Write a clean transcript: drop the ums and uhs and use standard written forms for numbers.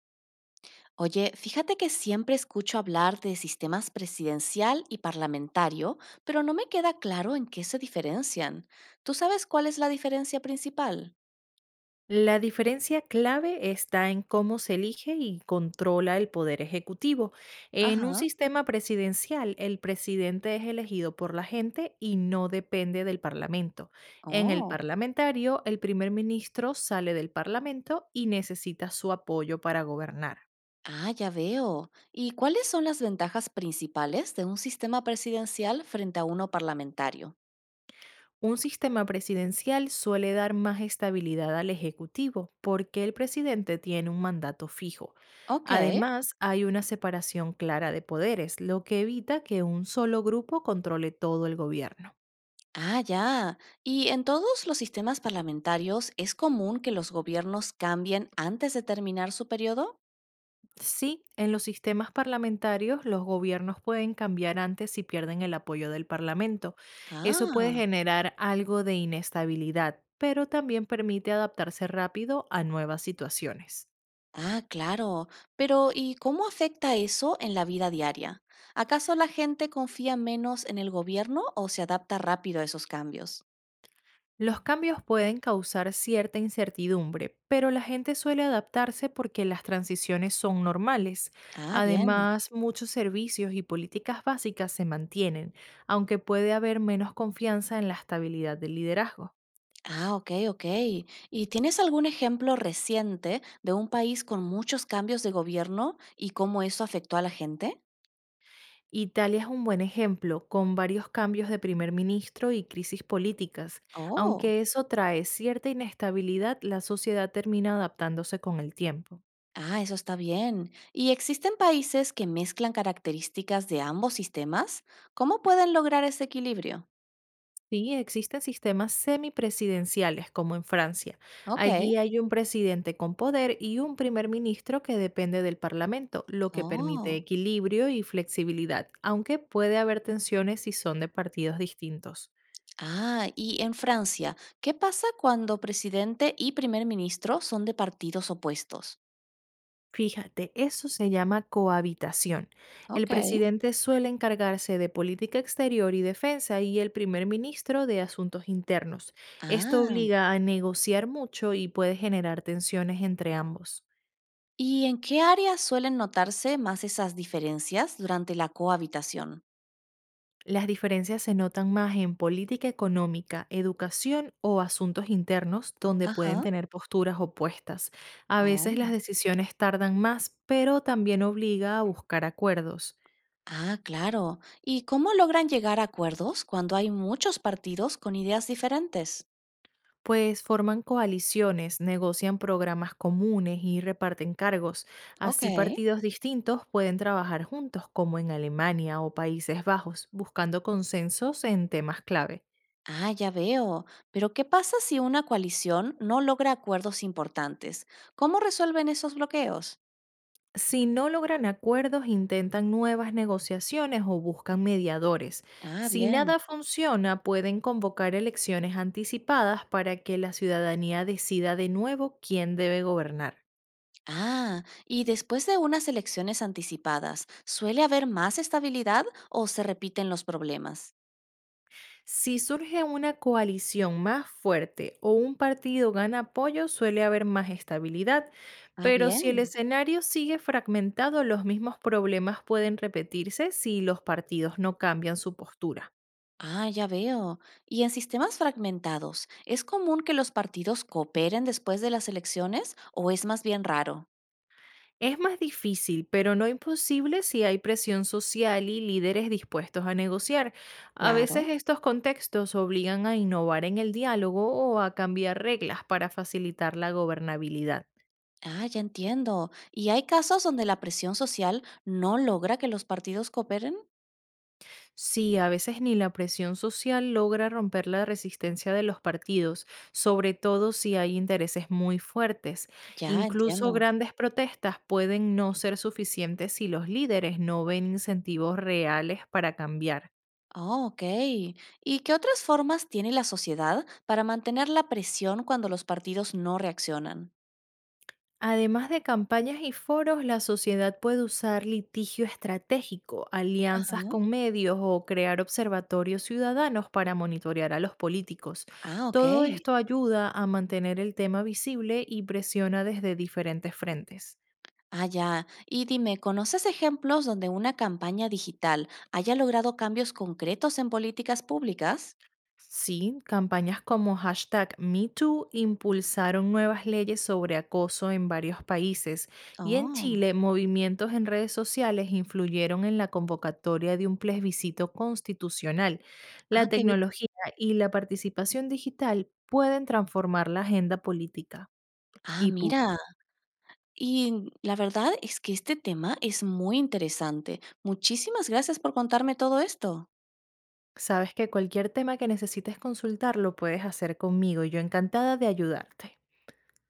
Oye, fíjate que siempre escucho hablar de sistemas presidencial y parlamentario, pero no me queda claro en qué se diferencian. ¿Tú sabes cuál es la diferencia principal? La diferencia clave está en cómo se elige y controla el poder ejecutivo. En un Ajá. sistema presidencial, el presidente es elegido por la gente y no depende del parlamento. En el Oh. parlamentario, el primer ministro sale del parlamento y necesita su apoyo para gobernar. Ah, ya veo. ¿Y cuáles son las ventajas principales de un sistema presidencial frente a uno parlamentario? Un sistema presidencial suele dar más estabilidad al Ejecutivo porque el presidente tiene un mandato fijo. Ok. Además, hay una separación clara de poderes, lo que evita que un solo grupo controle todo el gobierno. Ah, ya. ¿Y en todos los sistemas parlamentarios es común que los gobiernos cambien antes de terminar su periodo? Sí, en los sistemas parlamentarios los gobiernos pueden cambiar antes si pierden el apoyo del Parlamento. Eso puede Ah. generar algo de inestabilidad, pero también permite adaptarse rápido a nuevas situaciones. Ah, claro. Pero ¿y cómo afecta eso en la vida diaria? ¿Acaso la gente confía menos en el gobierno o se adapta rápido a esos cambios? Los cambios pueden causar cierta incertidumbre, pero la gente suele adaptarse porque las transiciones son normales. Ah, bien. Además, muchos servicios y políticas básicas se mantienen, aunque puede haber menos confianza en la estabilidad del liderazgo. Ah, ok, ok. ¿Y tienes algún ejemplo reciente de un país con muchos cambios de gobierno y cómo eso afectó a la gente? Italia es un buen ejemplo, con varios cambios de primer ministro y crisis políticas. Oh, Aunque eso trae cierta inestabilidad, la sociedad termina adaptándose con el tiempo. ah, eso está bien. ¿Y existen países que mezclan características de ambos sistemas? ¿Cómo pueden lograr ese equilibrio? Sí, existen sistemas semipresidenciales, como en Francia. Ok. Allí hay un presidente con poder y un primer ministro que depende del Parlamento, lo que permite Oh. equilibrio y flexibilidad, aunque puede haber tensiones si son de partidos distintos. Ah, y en Francia, ¿qué pasa cuando presidente y primer ministro son de partidos opuestos? Fíjate, eso se llama cohabitación. El Ok. presidente suele encargarse de política exterior y defensa y el primer ministro de asuntos internos. Esto Ah, obliga a negociar mucho y puede generar tensiones entre ambos. ¿y en qué áreas suelen notarse más esas diferencias durante la cohabitación? Las diferencias se notan más en política económica, educación o asuntos internos, donde pueden Ajá. tener posturas opuestas. A veces las Oh. decisiones tardan más, pero también obliga a buscar acuerdos, Ah, claro. ¿Y cómo logran llegar a acuerdos cuando hay muchos partidos con ideas diferentes? pues forman coaliciones, negocian programas comunes y reparten cargos. Ok. Así partidos distintos pueden trabajar juntos, como en Alemania o Países Bajos, buscando consensos en temas clave. Ah, ya veo. Pero ¿qué pasa si una coalición no logra acuerdos importantes? ¿Cómo resuelven esos bloqueos? Si no logran acuerdos, intentan nuevas negociaciones o buscan mediadores. Ah, Si bien. nada funciona, pueden convocar elecciones anticipadas para que la ciudadanía decida de nuevo quién debe gobernar. Ah, ¿y después de unas elecciones anticipadas, suele haber más estabilidad o se repiten los problemas? Si surge una coalición más fuerte o un partido gana apoyo, suele haber más estabilidad, Ah, pero si el bien. escenario sigue fragmentado, los mismos problemas pueden repetirse si los partidos no cambian su postura. Ah, ya veo. ¿Y en sistemas fragmentados, es común que los partidos cooperen después de las elecciones o es más bien raro? Es más difícil, pero no imposible si hay presión social y líderes dispuestos a negociar. A veces Claro. estos contextos obligan a innovar en el diálogo o a cambiar reglas para facilitar la gobernabilidad. Ah, ya entiendo. ¿Y hay casos donde la presión social no logra que los partidos cooperen? Sí, a veces ni la presión social logra romper la resistencia de los partidos, sobre todo si hay intereses muy fuertes. Ya Incluso entiendo. grandes protestas pueden no ser suficientes si los líderes no ven incentivos reales para cambiar. Oh, ok. ¿Y qué otras formas tiene la sociedad para mantener la presión cuando los partidos no reaccionan? Además de campañas y foros, la sociedad puede usar litigio estratégico, alianzas Ajá. con medios o crear observatorios ciudadanos para monitorear a los políticos. Ah, ok. Todo esto ayuda a mantener el tema visible y presiona desde diferentes frentes. Ah, ya. Y dime, ¿conoces ejemplos donde una campaña digital haya logrado cambios concretos en políticas públicas? Sí, campañas como #MeToo impulsaron nuevas leyes sobre acoso en varios países y en Oh, Chile movimientos en redes sociales influyeron en la convocatoria de un plebiscito constitucional. ah, La qué bien. tecnología y la participación digital pueden transformar la agenda política Ah, y pública. mira. Y la verdad es que este tema es muy interesante. Muchísimas gracias por contarme todo esto. Sabes que cualquier tema que necesites consultar lo puedes hacer conmigo y yo encantada de ayudarte.